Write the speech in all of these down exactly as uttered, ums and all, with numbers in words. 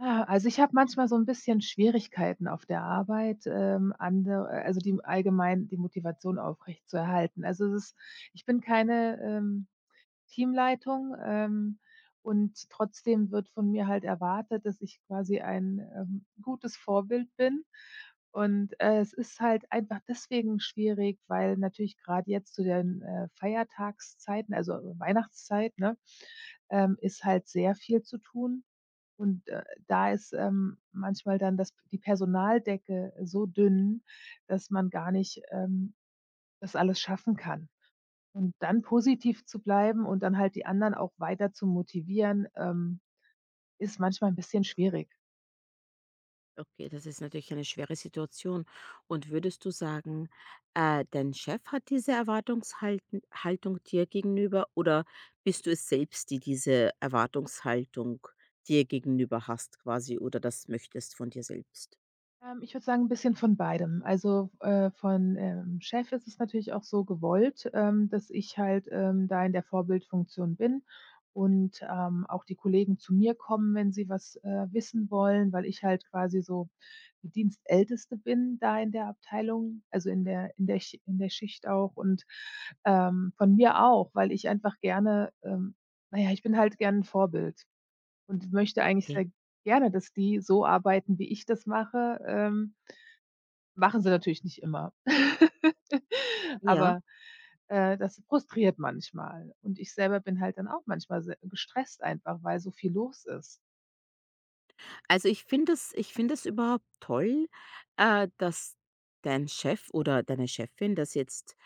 Ah, also ich habe manchmal so ein bisschen Schwierigkeiten auf der Arbeit, ähm, andere äh, also die allgemein die Motivation aufrechtzuerhalten. Also es ist ich bin keine, ähm Teamleitung, ähm, und trotzdem wird von mir halt erwartet, dass ich quasi ein, ähm, gutes Vorbild bin. Und, äh, es ist halt einfach deswegen schwierig, weil natürlich gerade jetzt zu den, äh, Feiertagszeiten, also äh, Weihnachtszeit, ne, ähm, ist halt sehr viel zu tun. Und, äh, da ist, ähm, manchmal dann das die Personaldecke so dünn, dass man gar nicht, ähm, das alles schaffen kann. Und dann positiv zu bleiben und dann halt die anderen auch weiter zu motivieren, ähm, ist manchmal ein bisschen schwierig. Okay, das ist natürlich eine schwere Situation. Und würdest du sagen, äh, dein Chef hat diese Erwartungshaltung Haltung dir gegenüber oder bist du es selbst, die diese Erwartungshaltung dir gegenüber hast, quasi, oder das möchtest von dir selbst? Ähm, ich würde sagen, ein bisschen von beidem. Also, äh, von, ähm, Chef ist es natürlich auch so gewollt, ähm, dass ich halt, ähm, da in der Vorbildfunktion bin und, ähm, auch die Kollegen zu mir kommen, wenn sie was, äh, wissen wollen, weil ich halt quasi so die Dienstälteste bin da in der Abteilung, also in der in der Sch in der Schicht auch und, ähm, von mir auch, weil ich einfach gerne, ähm na ja, ich bin halt gern 'n Vorbild. Und möchte eigentlich sehr Okay. gerne, dass die so arbeiten, wie ich das mache. Ähm, machen sie natürlich nicht immer. Ja. Aber, äh, das frustriert manchmal. Und ich selber bin halt dann auch manchmal se gestresst einfach, weil so viel los ist. Also, ich finde es ich finde es überhaupt toll, äh, dass dein Chef oder deine Chefin das jetzt,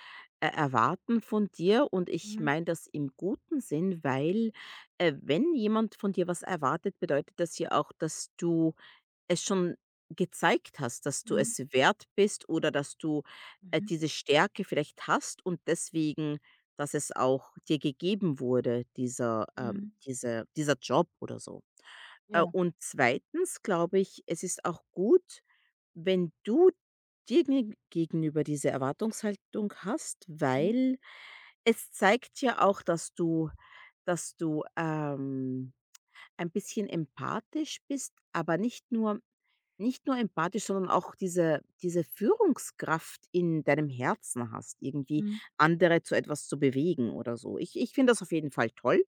äh, erwarten von dir, und ich Mhm, meine das im guten Sinn, weil, äh, wenn jemand von dir was erwartet, bedeutet das ja auch, dass du es schon gezeigt hast, dass du mhm, es wert bist oder dass du, äh, mhm, diese Stärke vielleicht hast und deswegen, dass es auch dir gegeben wurde, dieser ähm, mhm, diese dieser Job oder so. Äh, ja, und zweitens glaube ich, es ist auch gut, wenn du dir geg gegenüber diese Erwartungshaltung hast, mhm, weil es zeigt ja auch, dass du dass du, ähm, ein bisschen empathisch bist, aber nicht nur nicht nur empathisch, sondern auch diese diese Führungskraft in deinem Herzen hast, irgendwie mhm, andere zu etwas zu bewegen oder so. Ich ich finde das auf jeden Fall toll,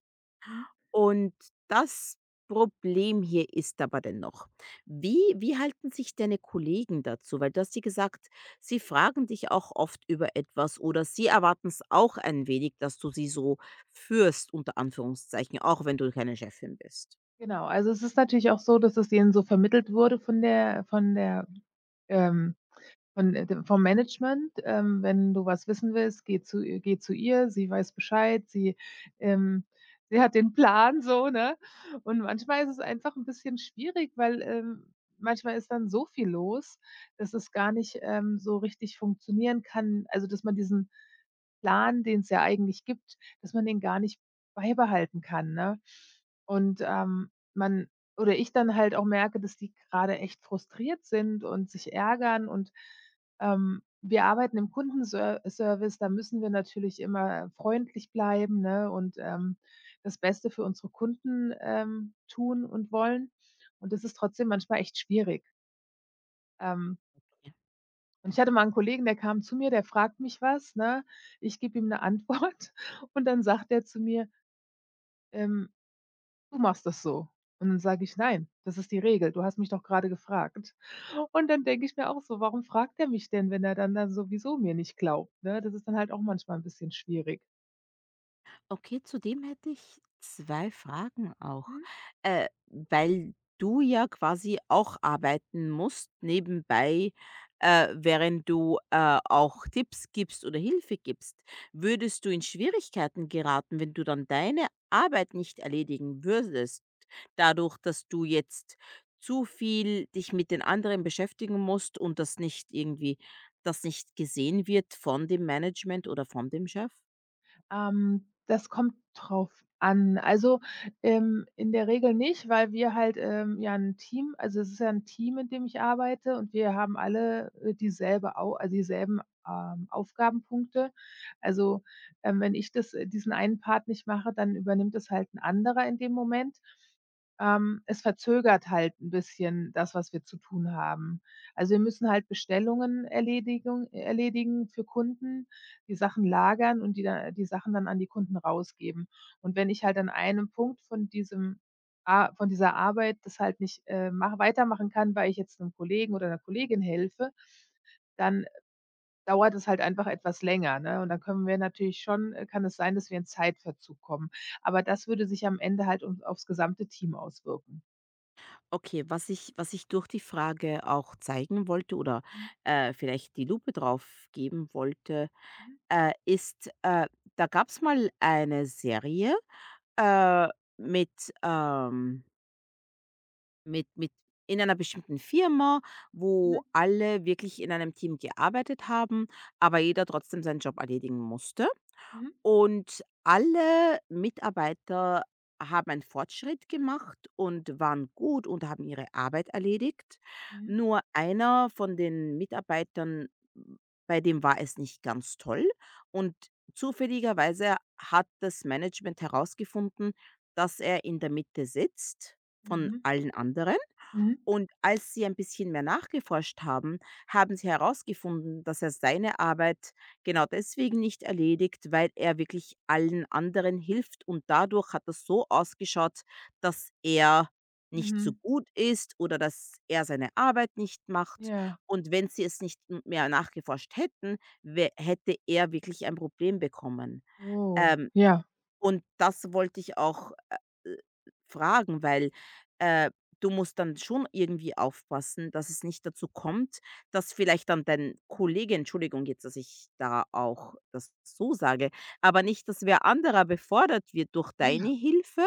mhm, und das Problem hier ist aber dennoch: Wie wie halten sich deine Kollegen dazu? Weil du hast ja gesagt, sie fragen dich auch oft über etwas oder sie erwarten es auch ein wenig, dass du sie so „führst“, unter Anführungszeichen, auch wenn du keine Chefin bist. Genau, also es ist natürlich auch so, dass es denen so vermittelt wurde von der von der, ähm Von, äh, dem vom Management, ähm, wenn du was wissen willst, geh zu i geh zu ihr, sie weiß Bescheid, sie, ähm sie hat den Plan so, ne? Und manchmal ist es einfach ein bisschen schwierig, weil, ähm, manchmal ist dann so viel los, dass es gar nicht, ähm, so richtig funktionieren kann also, dass man diesen Plan, den es ja eigentlich gibt, dass man den gar nicht beibehalten kann, ne? Und, ähm, man oder ich dann halt auch merke, dass die gerade echt frustriert sind und sich ärgern und, ähm, wir arbeiten im Kundenser Service, da müssen wir natürlich immer freundlich bleiben, ne, und, ähm, das Beste für unsere Kunden, ähm, tun und wollen. Und das ist trotzdem manchmal echt schwierig. Ähm und ich hatte mal 'n Kollegen, der kam zu mir, der fragt mich was, ne? Ich gebe ihm 'ne Antwort und dann sagt er zu mir: „Ähm, du machst das so.“ Und dann sage ich: „Nein, das ist die Regel. Du hast mich doch grade gefragt.“ Und dann denke ich mir auch so: „Warum fragt er mich denn, wenn er dann dann sowieso mir nicht glaubt“, ne? Das ist dann halt auch manchmal 'n bisschen schwierig. Okay, zudem hätte ich zwei Fragen auch. Mhm. Äh, weil du ja quasi auch arbeiten musst nebenbei, äh, während du, äh, auch Tipps gibst oder Hilfe gibst. Würdest du in Schwierigkeiten geraten, wenn du dann deine Arbeit nicht erledigen würdest, dadurch, dass du jetzt zu viel dich mit den anderen beschäftigen musst und das nicht irgendwie das nicht gesehen wird von dem Management oder von dem Chef? Ähm, das kommt drauf an. Also, ähm, in der Regel nicht, weil wir halt, ähm, ja ein Team also, es ist ja ein Team, in dem ich arbeite und wir haben alle, äh, dieselbe Au also, dieselben, ähm, Aufgabenpunkte. Also, ähm, wenn ich das äh, diesen einen Part nicht mache, dann übernimmt es halt ein anderer in dem Moment. Ähm, es verzögert halt ein bisschen das, was wir zu tun haben. Also, wir müssen halt Bestellungen erledigung erledigen für Kunden die Sachen lagern und die da die Sachen dann an die Kunden rausgeben. Und wenn ich halt an einem Punkt von diesem a von dieser Arbeit das halt nicht, äh, mach weitermachen kann, weil ich jetzt 'nem Kollegen oder 'ner Kollegin helfe, dann dauert es halt einfach etwas länger, ne? Und dann können wir natürlich schon äh, kann es sein, dass wir in Zeitverzug kommen. Aber das würde sich am Ende halt um aufs gesamte Team auswirken. Okay, was ich was ich durch die Frage auch zeigen wollte oder, Mhm, äh, vielleicht die Lupe drauf geben wollte, äh, ist, äh, da gab es mal eine Serie, äh, mit, ähm mit mit in einer bestimmten Firma, mhm, wo alle wirklich in einem Team gearbeitet haben, aber jeder trotzdem seinen Job erledigen musste. mhm, Und alle Mitarbeiter haben einen Fortschritt gemacht und waren gut und haben ihre Arbeit erledigt. mhm, Nur einer von den Mitarbeitern, m, bei dem war es nicht ganz toll. Und zufälligerweise hat das Management herausgefunden, dass er in der Mitte sitzt mhm, von mhm, allen anderen. mhm, Und als sie ein bisschen mehr nachgeforscht haben, haben sie herausgefunden, dass er seine Arbeit genau deswegen nicht erledigt, weil er wirklich allen anderen hilft. Und dadurch hat das so ausgeschaut, dass er nicht so mhm. gut ist oder dass er seine Arbeit nicht macht. Ja. Und wenn sie es nicht m- mehr nachgeforscht hätten, wä- hätte er wirklich ein Problem bekommen. Oh, Ähm, ja. und das wollte ich auch, äh, äh, fragen, weil, äh, du musst dann schon irgendwie aufpassen, dass es nicht dazu kommt, dass vielleicht dann dein Kollege, Entschuldigung jetzt, dass ich da auch das so sage, aber nicht, dass wer anderer befördert wird durch deine Hilfe,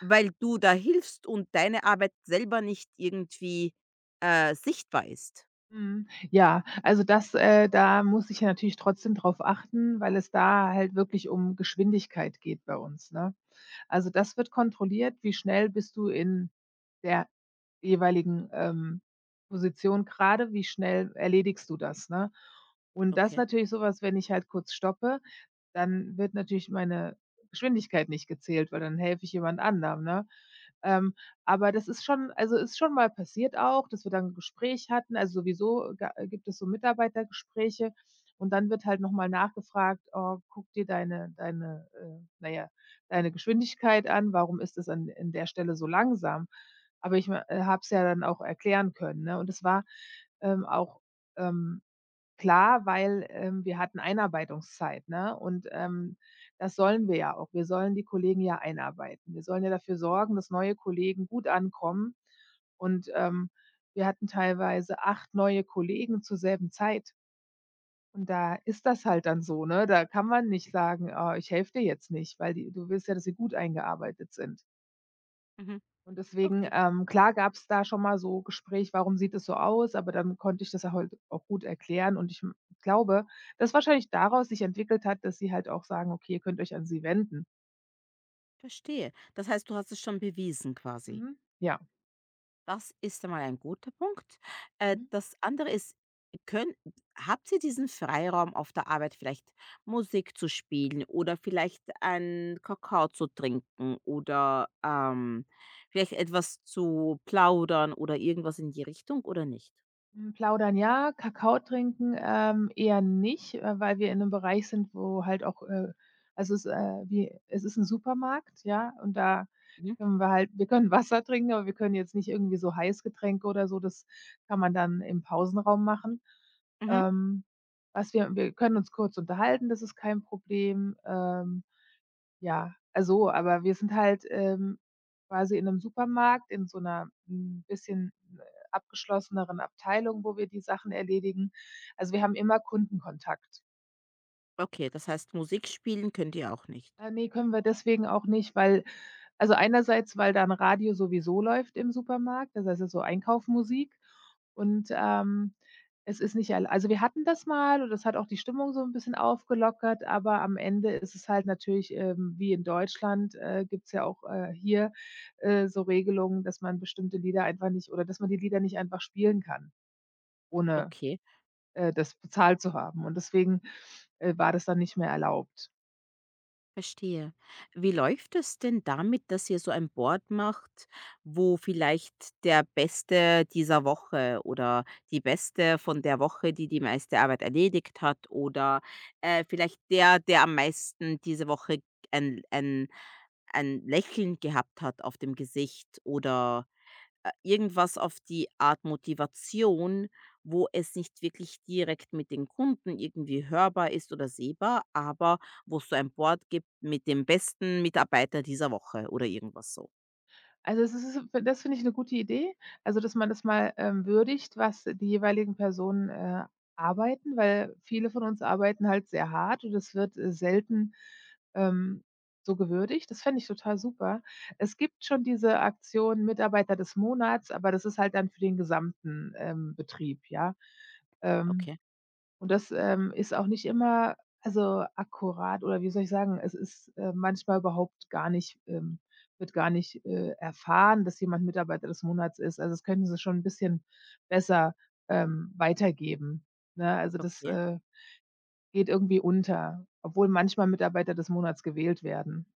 weil du da hilfst und deine Arbeit selber nicht irgendwie, äh, sichtbar ist. Mhm. Ja, also das äh, da muss ich ja natürlich trotzdem drauf achten, weil es da halt wirklich um Geschwindigkeit geht bei uns, ne? Also, das wird kontrolliert, wie schnell bist du in der jeweiligen, ähm, Position gerade wie schnell erledigst du das, ne? Und das ist Okay. natürlich sowas wenn ich halt kurz stoppe, dann wird natürlich meine Geschwindigkeit nicht gezählt, weil dann helfe ich jemand anderem, ne? Ähm, aber das ist schon also, ist schon mal passiert auch, dass wir dann 'n Gespräch hatten. Also, sowieso ga äh, gibt es so Mitarbeitergespräche und dann wird halt noch mal nachgefragt: „Oh, guck dir deine deine, äh na ja, deine Geschwindigkeit an. Warum ist das an in der Stelle so langsam?“ aber ich, äh, habe es ja dann auch erklären können, ne? Und es war, ähm, auch, ähm, klar, weil, ähm, wir hatten Einarbeitungszeit, ne? Und, ähm, das sollen wir ja auch. Wir sollen die Kollegen ja einarbeiten. Wir sollen ja dafür sorgen, dass neue Kollegen gut ankommen. Und, ähm, wir hatten teilweise acht neue Kollegen zur selben Zeit. Und da ist das halt dann so, ne? Da kann man nicht sagen: „Ah, ich helfe dir jetzt nicht“, weil die du willst ja, dass sie gut eingearbeitet sind. Mhm. Und deswegen, Okay, ähm, klar gab es da schon mal so Gespräch: „Warum sieht es so aus?“ Aber dann konnte ich das ja halt auch gut erklären und ich m glaube, dass wahrscheinlich daraus sich entwickelt hat, dass sie halt auch sagen: „Okay, ihr könnt euch an sie wenden.“ verstehe. Das heißt, du hast es schon bewiesen, quasi? Mhm. Ja. Das ist einmal ein guter Punkt. Äh, das andere ist, könn habt ihr diesen Freiraum auf der Arbeit, vielleicht Musik zu spielen oder vielleicht einen Kakao zu trinken oder, ähm, vielleicht etwas zu plaudern oder irgendwas in die Richtung, oder nicht? Hm, plaudern ja, Kakao trinken, ähm, eher nicht, äh, weil wir in 'nem Bereich sind, wo halt auch, äh also, es, äh, wie es ist 'n Supermarkt, ja, und da Mhm, können wir halt wir können Wasser trinken, aber wir können jetzt nicht irgendwie so Heißgetränke oder so, das kann man dann im Pausenraum machen. mhm. Ähm, was wir wir können uns kurz unterhalten, das ist kein Problem, ähm ja, also, aber wir sind halt, ähm, quasi in 'nem Supermarkt in so 'ner 'n bisschen, äh, abgeschlosseneren Abteilung, wo wir die Sachen erledigen. Also, wir haben immer Kundenkontakt. Okay, das heißt, Musik spielen könnt ihr auch nicht. Äh, ne, können wir deswegen auch nicht, weil also einerseits, weil da 'n Radio sowieso läuft im Supermarkt, also das heißt, es ist so Einkaufmusik und, ähm, es ist nicht erl also wir hatten das mal und das hat auch die Stimmung so 'n bisschen aufgelockert, aber am Ende ist es halt natürlich, ähm, wie in Deutschland, äh, gibt's ja auch, äh, hier, äh, so Regelungen, dass man bestimmte Lieder einfach nicht oder dass man die Lieder nicht einfach spielen kann, ohne, Okay. äh, das bezahlt zu haben und deswegen, äh, war das dann nicht mehr erlaubt. Verstehe. Wie läuft es denn damit, dass ihr so ein Board macht, wo vielleicht der Beste dieser Woche oder die Beste von der Woche, die die meiste Arbeit erledigt hat oder, äh, vielleicht der, der am meisten diese Woche ein ein ein Lächeln gehabt hat auf dem Gesicht oder, äh, irgendwas auf die Art Motivation, wo es nicht wirklich direkt mit den Kunden irgendwie hörbar ist oder sehbar, aber wo es so ein Board gibt mit dem besten Mitarbeiter dieser Woche oder irgendwas so. Also, es ist das finde ich eine gute Idee, also, dass man das mal, ähm, würdigt, was die jeweiligen Personen, äh, arbeiten, weil viele von uns arbeiten halt sehr hart und das wird, äh, selten, ähm, so gewürdigt. Das fände ich total super. Es gibt schon diese Aktion Mitarbeiter des Monats, aber das ist halt dann für den gesamten, ähm, Betrieb, ja. Ähm Okay, und das, ähm, ist auch nicht immer, also, akkurat oder wie soll ich sagen, es ist, äh, manchmal überhaupt gar nicht, ähm wird gar nicht, äh, erfahren, dass jemand Mitarbeiter des Monats ist. Also, das könnten sie schon ein bisschen besser, ähm, weitergeben, ne? Also, das, okay, äh, geht irgendwie unter, obwohl manchmal Mitarbeiter des Monats gewählt werden.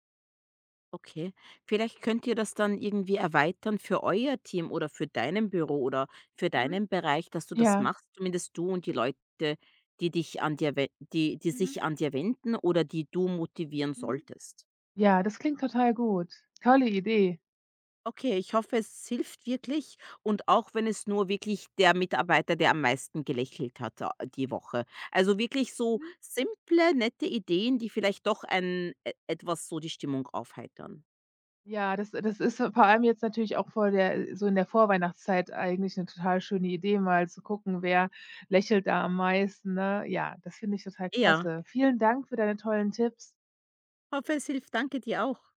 okay. Vielleicht könnt ihr das dann irgendwie erweitern für euer Team oder für deinem Büro oder für Mhm. deinen Bereich, dass du das Ja. machst, zumindest du und die Leute, die dich an dir we die die Mhm. sich an dir wenden oder die du motivieren Mhm. solltest. Ja, das klingt total gut. Tolle Idee. Okay, ich hoffe, es hilft wirklich, und auch wenn es nur wirklich der Mitarbeiter, der am meisten gelächelt hat, äh, die Woche. Also wirklich so simple, nette Ideen, die vielleicht doch ein e etwas so die Stimmung aufheitern. Ja, das das ist vor allem jetzt natürlich auch vor der so in der Vorweihnachtszeit eigentlich 'ne total schöne Idee, mal zu gucken, wer lächelt da am meisten, ne? Ja, das finde ich total Ja, klasse. Vielen Dank für deine tollen Tipps. hoffe, es hilft. Danke dir auch.